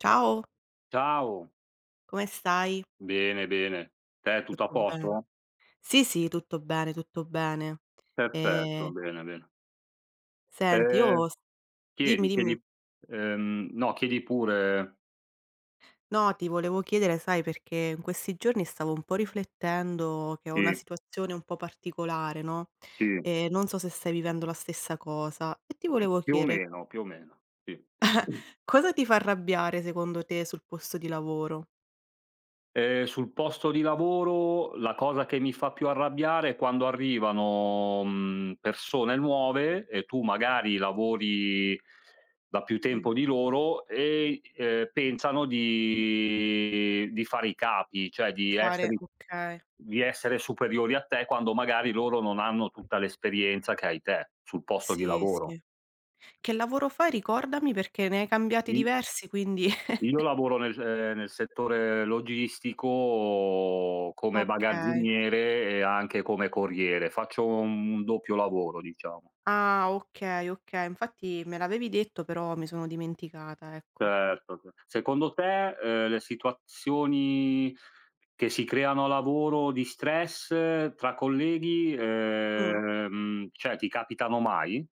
Ciao, Ciao, come stai? bene, bene. Te tutto a Tutto bene? posto? Sì, sì, tutto bene, tutto bene. Ehm, Perfetto, bene, bene. senti io Ehm, s dimmi, Chiedi, dimmi. chiedi. No, chiedi pure. No, ti volevo chiedere, sai, perché in questi giorni stavo un po' riflettendo che ho una Sì, situazione un po' particolare, no, sì, non so se stai vivendo la stessa cosa e ti volevo chiedere: più o meno, sì. cosa ti fa arrabbiare secondo te sul posto di lavoro? Sul posto di lavoro la cosa che mi fa più arrabbiare è quando arrivano, persone nuove e tu magari lavori da più Mh, tempo di loro e, pensano di fare i capi, cioè di di fare essere okay. di essere superiori a te, quando magari loro non hanno tutta l'esperienza che hai te sul posto di Sì, lavoro. sì. Che lavoro fai ricordami perché ne hai cambiati I diversi, quindi Io lavoro nel nel settore logistico come okay. bagazziniere e anche come corriere. Faccio un doppio lavoro, diciamo. Ah, okay, okay. Infatti me l'avevi detto, però mi sono dimenticata, ecco. Certo. ce Secondo te, le situazioni che si creano a lavoro di stress tra colleghi, Mh. Cioè ti capitano mai?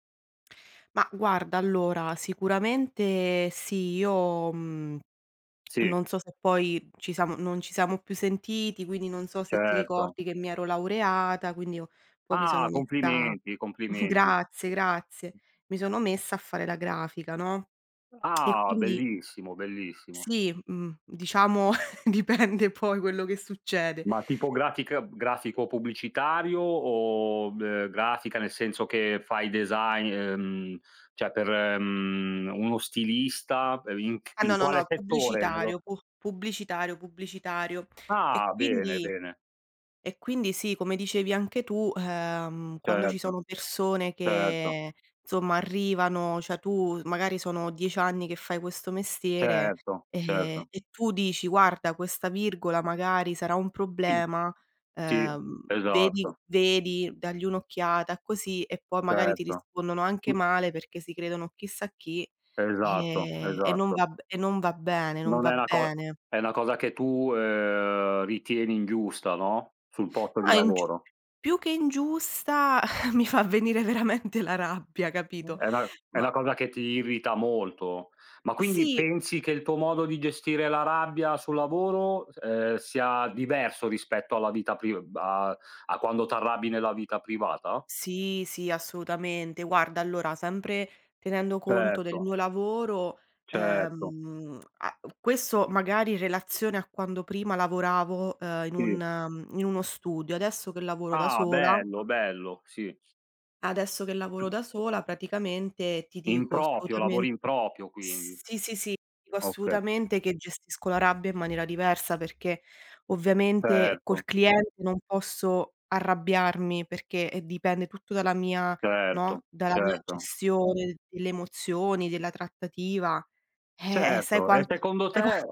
Ma guarda, allora sicuramente sì, io, Sì, non so se poi ci siamo non ci siamo più sentiti, quindi non so se ti certo. ricordi che mi ero laureata, quindi io poi mi sono Ah, messa complimenti, complimenti. grazie, grazie. Mi sono messa a fare la grafica, no, e Ah, quindi bellissimo, bellissimo. sì, diciamo dipende poi quello che succede. Ma tipografica grafico pubblicitario o, grafica nel senso che fai design, cioè per, uno stilista, in Ah in no, no, no, quale settore? Nello pubblicitario, pu pubblicitario, pubblicitario. E Ah, bene, quindi bene. e quindi sì, come dicevi anche tu, quando ci Certo, sono persone certo, che insomma arrivano, cioè tu magari sono 10 anni che fai questo mestiere, certo, certo. e tu dici: "Guarda questa virgola magari sarà un problema, Sì, vedi esatto, vedi, dagli un'occhiata", così, e poi magari ti certo. rispondono anche male perché si credono chissà chi, Esatto, esatto. E non va bene, non Non va è una co bene. è una cosa che tu, ritieni ingiusta, no, sul posto No, di è ingiu lavoro. più che ingiusta mi fa venire veramente la rabbia, Mh. capito? È una è Ma una cosa che ti irrita molto. Ma quindi sì, pensi che il tuo modo di gestire la rabbia sul lavoro, sia diverso rispetto alla vita priv a a quando t'arrabbi nella vita privata? sì, sì, assolutamente. Guarda, allora, sempre tenendo conto del Certo, mio lavoro, certo, a questo magari in relazione a quando prima lavoravo, sì. In uno studio, adesso che lavoro da Ah, sola bello, bello, sì. adesso che lavoro da sola praticamente ti In dico proprio, assolutamen lavori in proprio quindi. Sì, sì, sì, dico Okay, assolutamente che gestisco la rabbia in maniera diversa perché ovviamente col certo, cliente non posso arrabbiarmi perché, dipende tutto dalla mia certo, no, dalla mia certo. gestione delle emozioni, della trattativa. Sai Certo, e quanta secondo sai qua te,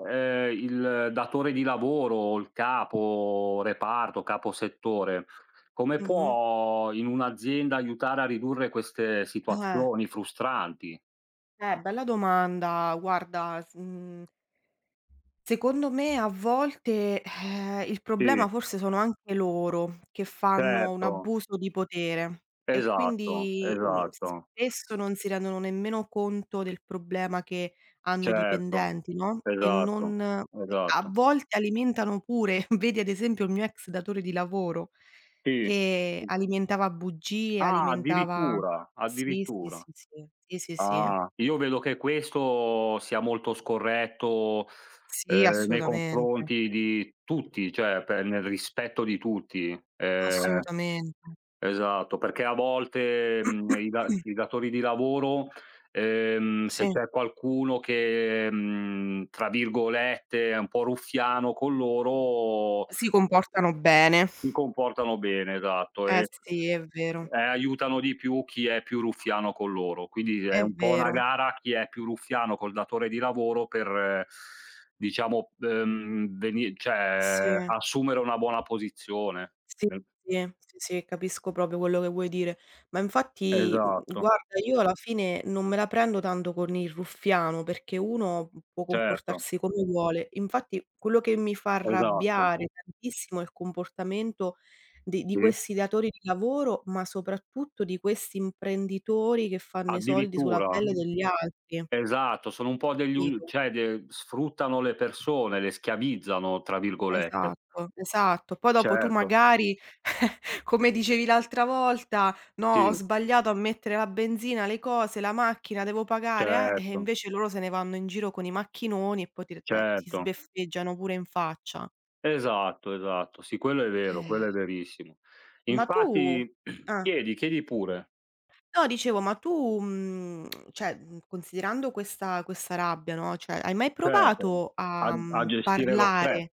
il datore di lavoro o il capo reparto, capo settore, come mh-mh. può in un'azienda aiutare a ridurre queste Eh, situazioni frustranti? Bella domanda. Guarda, s mhmm Secondo me a volte, il Sì, problema forse sono anche loro, che fanno un certo, abuso di potere e esatto, quindi, mhmm, esatto, spesso non si rendono nemmeno conto del problema che hanno i certo, dipendenti, no, e esatto, non a esatto. volte alimentano pure vedi ad esempio il mio ex datore di lavoro Sì, che sì. alimentava bugie, Ah, alimentava addirittura, sì, sì, addirittura. sì, sì, sì, sì, sì. Ah, io vedo che questo sia molto scorretto, Sì, nei assolutamente, confronti di tutti, cioè per nel rispetto di tutti. Ehm, assolutamente. esatto, perché a volte, i da i datori di lavoro, se Sì, c'è qualcuno che, tra virgolette, è un po' "ruffiano" con loro, si comportano bene. si comportano bene, esatto, Eh e sì, è vero, aiutano di più chi è più ruffiano con loro. Quindi è è un po' una vero. gara chi è più ruffiano col datore di lavoro per diciamo, veni cioè Sì, assumere una buona posizione. sì, Nel sì, sì, sì, capisco proprio quello che vuoi dire. Ma infatti, Esatto, guarda, io alla fine non me la prendo tanto con il ruffiano, perché uno può certo, comportarsi come vuole. Infatti quello che mi fa esatto, arrabbiare tantissimo è il comportamento di sì. questi datori di lavoro, ma soprattutto di questi imprenditori che fanno i soldi sulla Addirittura, pelle degli altri, esatto, sono un po' degli u capito? cioè de sfruttano le persone, le "schiavizzano" tra virgolette. Esatto, esatto. Poi dopo tu Certo, magari, come dicevi l'altra volta: "No, ho sì, sbagliato a mettere la benzina, le cose, la macchina, devo pagare, eh". E certo, invece loro se ne vanno in giro con i macchinoni e poi ti certo. sbeffeggiano pure in faccia. Esatto, esatto. Sì, quello è vero, Eh. quello è verissimo. Ma tu Infatti ah, chiedi, chiedi pure, no dicevo, ma tu, cioè, considerando questa rabbia, no, cioè hai mai certo, provato a a, a gestire lo stress, parlare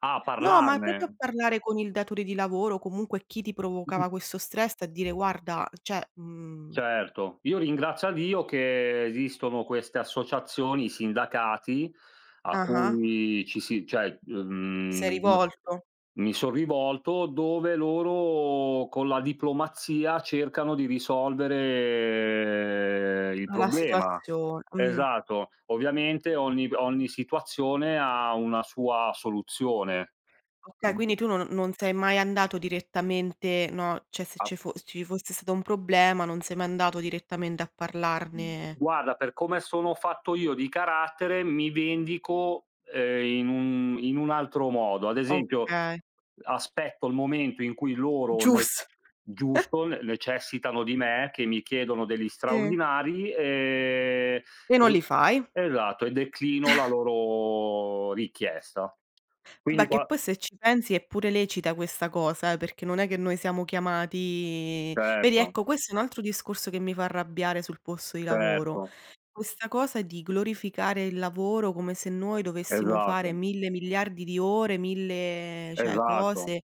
a No, ma proprio a parlarne. parlare con il datore di lavoro, comunque chi ti provocava questo stress a dire: "Guarda" cioè, mhmm Certo. Io ringrazio a Dio che esistono queste associazioni, i sindacati a ah-ah, cui ci si, cioè. ti sei Mhmm rivolto Mi son rivolto dove loro con la diplomazia cercano di risolvere il alla problema. situazio. Esatto. Ovviamente ogni situazione ha una sua soluzione. Okay, quindi Mh-mh. tu non sei mai andato direttamente no, cioè se A ce fo se ci fosse stato un problema non sei mai andato direttamente a Mh. parlarne Guarda, per come sono fatto io di carattere, mi vendico, in un altro modo. Ad esempio, okay, aspetto il momento in cui loro ne giusto, giusto, ne necessitano di me, che mi chiedono degli sì. straordinari, E non e li fai. esatto, e declino la loro richiesta. Quindi Vabbè che qua poi se ci pensi è pure lecita questa cosa perché non è che noi siamo chiamati vedi Certo, ecco questo è un altro discorso che mi fa arrabbiare sul posto di lavoro. certo. Questa cosa di glorificare il lavoro come se noi dovessimo fare Esatto, 1000 miliardi di ore, 1000 cioè cose esatto,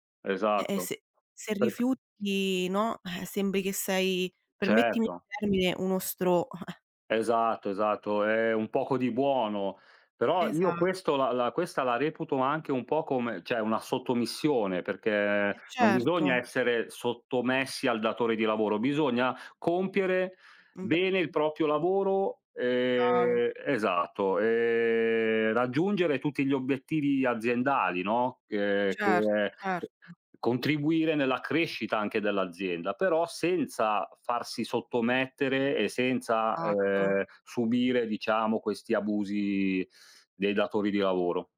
e esatto. Se Per rifiuti, no, sembri che sei, permettimi il Certo. termine, uno stro Esatto, esatto, è un poco di buono, però Esa io questo la la questa la reputo anche un po' come cioè una sottomissione, perché eh non bisogna certo, essere sottomessi al datore di lavoro, bisogna compiere un bel bene il proprio lavoro, bravo, esatto, raggiungere tutti gli obiettivi aziendali, no, che certo, certo, contribuire nella crescita anche dell'azienda, però senza farsi sottomettere e senza, esatto. Subire, diciamo, questi abusi dei datori di lavoro.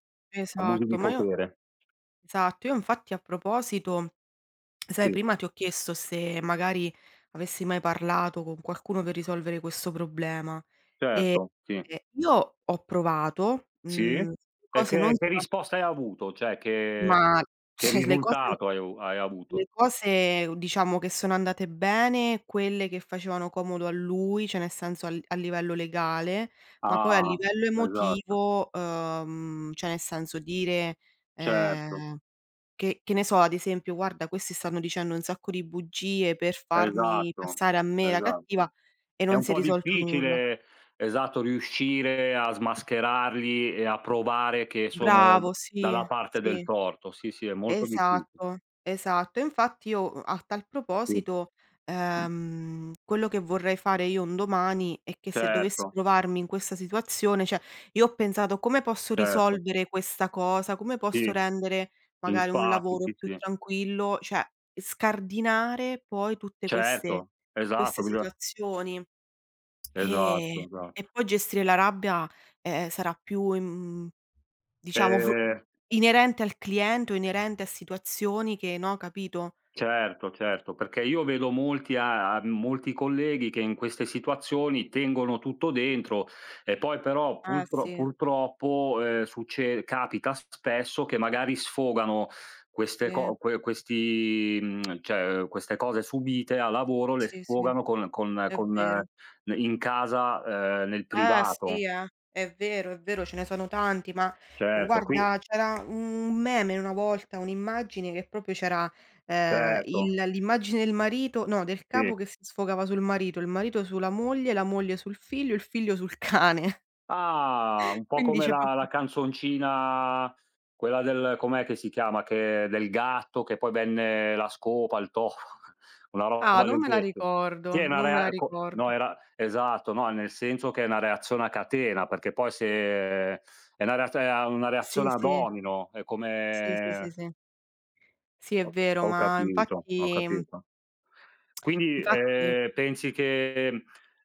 Abusi Esatto, di ma io potere. esatto, io infatti a proposito, sai Sì, prima ti ho chiesto se magari avessi mai parlato con qualcuno per risolvere questo problema, ehm, certo, sì. io ho provato, Sì? E cose non che sono risposta hai avuto? Cioè che ma che cioè risultato hai avuto? le cose diciamo che sono andate bene, quelle che facevano comodo a lui, cioè nel senso al a livello legale, ma poi a Ah, livello esatto, emotivo, cioè nel senso dire, certo, ehm Che ne so, ad esempio: "Guarda, questi stanno dicendo un sacco di bugie per farmi esatto, passare a me la esatto. cattiva", e È non un si è po' risolto nulla. difficile, esatto, riuscire a smascherarli e a provare che sono d Bravo, sì, dalla parte del sì. torto. Sì, sì, è molto difficile. Esatto, esatto. E infatti io, a tal Sì. proposito, quello che vorrei fare io un domani è che se dovessi Certo, trovarmi in questa situazione cioè io ho pensato: "Come posso certo. risolvere questa cosa? Come posso Sì, rendere magari un infatti, lavoro sì, più sì. tranquillo?" Cioè scardinare poi tutte queste Certo, esatto, bisogna situazioni, ehm, esatto, e esatto. poi gestire la rabbia, sarà più im Diciamo fru Ehm inerente al cliente o inerente a situazioni che no, capito? Certo, certo, perché io vedo molti a a molti colleghi che in queste situazioni tengono tutto dentro e poi però Ah pultro sì, purtroppo, succe capita spesso che magari sfogano queste sì, co que questi mhmm, cioè queste cose subite a lavoro le sì, sì, sfogano è con vero. n in casa, nel Eh sì, privato. È vero, ce ne sono tanti, ma Certo, qui guarda c'era un meme una volta, un'immagine che proprio c'era, il certo, l'immagine del marito no, del sì. capo che si sfogava sul marito, il marito sulla moglie, la moglie sul figlio, il figlio sul cane. Ah, un po' Quindi come c'è la proprio canzoncina, quella del com'è che si chiama, che del gatto che poi venne la scopa, il topo, una ah, roba non del me la genere. Sì, ricordo, è una non me la rea co no, ricordo. era esatto, no, nel senso che è una reazione a catena, perché poi se è una reaz è una Sì, reazione a sì. domino, è Sì, sì, sì, come sì. Sì, è ho vero, ho ma capito, ho infatti capito. Quindi, infatti, pensi che,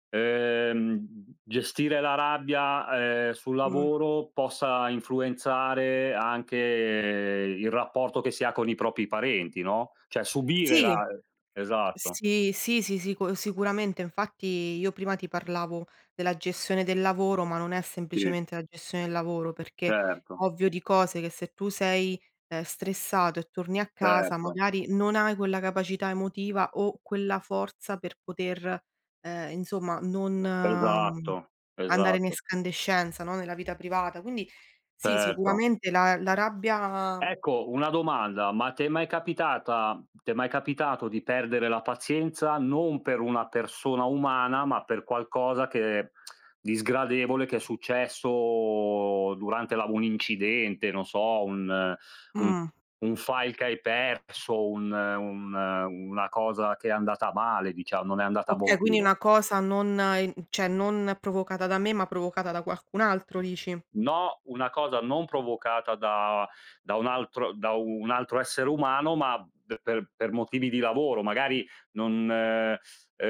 ehm, gestire la rabbia, sul mhmm, lavoro possa influenzare anche il rapporto che si ha con i propri parenti, no, cioè subire sì. ra esatto, Sì, sì, sì, sicuramente. Infatti io prima ti parlavo della gestione del lavoro, ma non è sì, semplicemente la gestione del lavoro, perché è certo, ovvio di cose che se tu sei, stressato e torni a casa certo, magari non hai quella capacità emotiva o quella forza per poter, insomma non, esatto, andare in esatto, escandescenza, no, nella vita privata. Quindi sì, certo. sicuramente la rabbia Ecco, una domanda, ma ti è mai capitato di perdere la pazienza non per una persona umana, ma per qualcosa che di sgradevole che è successo durante la un incidente, non so, un mh. un file che hai perso, un una cosa che è andata male, diciamo, non è andata a buon Okay, quindi fine? una cosa non in cioè non provocata da me, ma provocata da qualcun altro dici? No, una cosa non provocata da un altro da un altro essere umano, ma d per motivi di lavoro, magari non,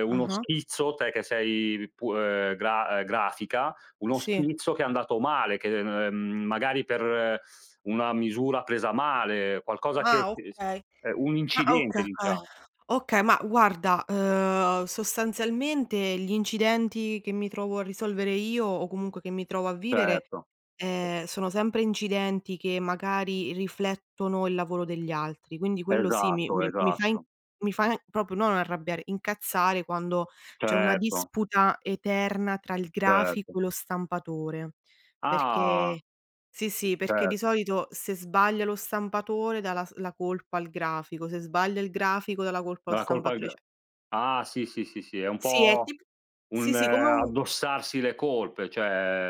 uno Ah-ah. schizzo, te che sei pu gra grafica, uno Sì. schizzo che è andato male, che, magari per una misura presa male, qualcosa che Ah, che s okay. Un incidente, Okay. diciamo. Okay, ma guarda, sostanzialmente gli incidenti che mi trovo a risolvere io o comunque che mi trovo a vivere, Certo. Sono sempre incidenti che magari riflettono il lavoro degli altri, quindi quello sì, Esatto, mi fa in esatto. mi fa proprio non arrabbiare, incazzare quando c'è una Certo, disputa eterna tra il certo. grafico e lo stampatore, Ah, perché sì, sì, perché di certo. solito se sbaglia lo stampatore dà la colpa al grafico, se sbaglia il grafico dà la colpa allo La colpa g stampatore, cioè Ah, sì, sì, sì, sì, è un sì è po' tip sì, un sì, come un addossarsi le colpe,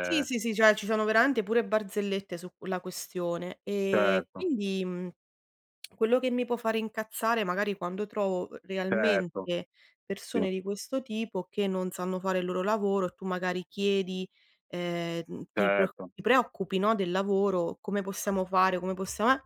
sì, sì, sì, cioè ci sono veramente pure barzellette su la questione. E certo, quindi, mhmm Quello che mi può fare incazzare magari quando trovo certo, realmente sì, persone di questo tipo che non sanno fare il loro lavoro e tu magari chiedi, ehm, ti pre certo, ti preoccupi, no, del lavoro, come possiamo fare, come possiamo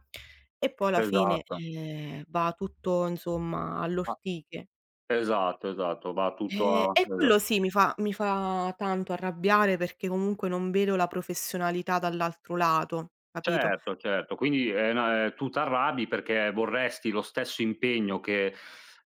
e poi alla fine, esatto. Va tutto insomma Ah, all'ortiche. esatto, esatto, va tutto a E esa quello sì, mi fa tanto arrabbiare perché comunque non vedo la professionalità dall'altro lato, capito? certo, certo. Quindi è na tu t'arrabbi perché vorresti lo stesso impegno che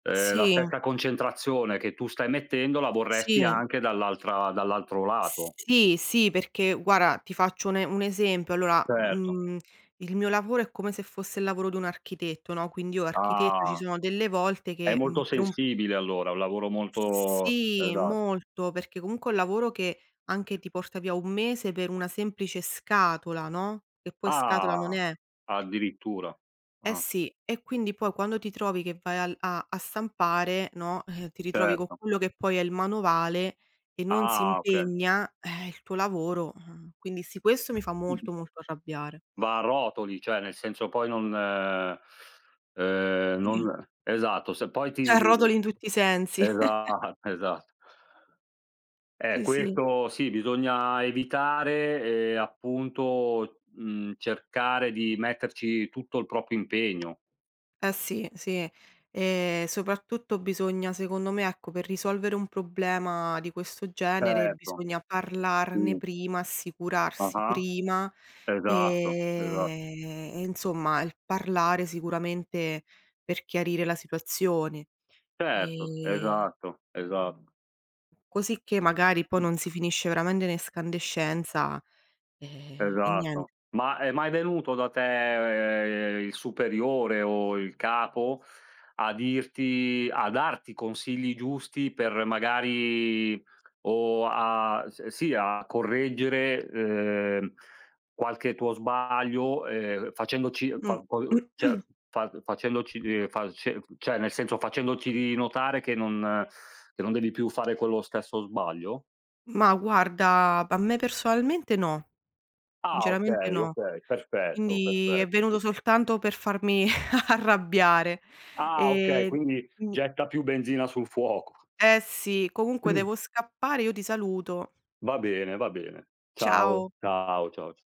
la Sì, stessa concentrazione che tu stai mettendo, la vorresti sì. anche dall'altra dall'altro lato. Sì, sì, perché guarda, ti faccio un esempio. Allora, Certo. Il mio lavoro è come se fosse il lavoro di un architetto, no, quindi io architetto ci Ah, sono delle volte è che, molto per un sensibile allora, un lavoro molto sì, esa molto, perché comunque è un lavoro che anche ti porta via un mese per una semplice scatola, no, che poi scatola non Ah, è. addirittura. Eh Ah, sì, e quindi poi quando ti trovi che vai al a a stampare, no, ti ritrovi con certo. quello che poi è il manovale e non si Ah, okay. impegna, il tuo lavoro, quindi sì, questo mi fa Mh-mh. molto, molto arrabbiare. Va a rotoli, cioè nel senso poi non Sì, non esatto, se poi ti a rotoli in tutti i sensi. Esatto. Sì, sì. Questo sì, bisogna evitare e appunto, cercare di metterci tutto il proprio impegno. Eh sì, sì. E soprattutto bisogna secondo me, ecco, per risolvere un problema di questo genere Certo, bisogna parlarne sì. prima, assicurarsi Ah-ah. prima Esatto, esa e insomma il parlare sicuramente per chiarire la situazione. certo, Ehm, esatto, esatto. così che magari poi non si finisce veramente in escandescenza, e niente. Esatto. Ma è mai venuto da te, il superiore o il capo a dirti a darti consigli giusti per magari o a s sì, a correggere, qualche tuo sbaglio, facendoci Mh. fa co cioè fa facendoci face cioè nel senso facendoci notare che non devi più fare quello stesso sbaglio? Ma guarda, a me personalmente no, Ah, sinceramente okay, no. okay, perfetto, Quindi è perfetto. venuto Sì. soltanto per farmi arrabbiare. Ah, okay, Ehm, quindi quindi getta più benzina sul fuoco. eh sì, comunque devo scappare, io ti saluto. Va bene, va bene. Ciao, Ciao. ciao, ciao.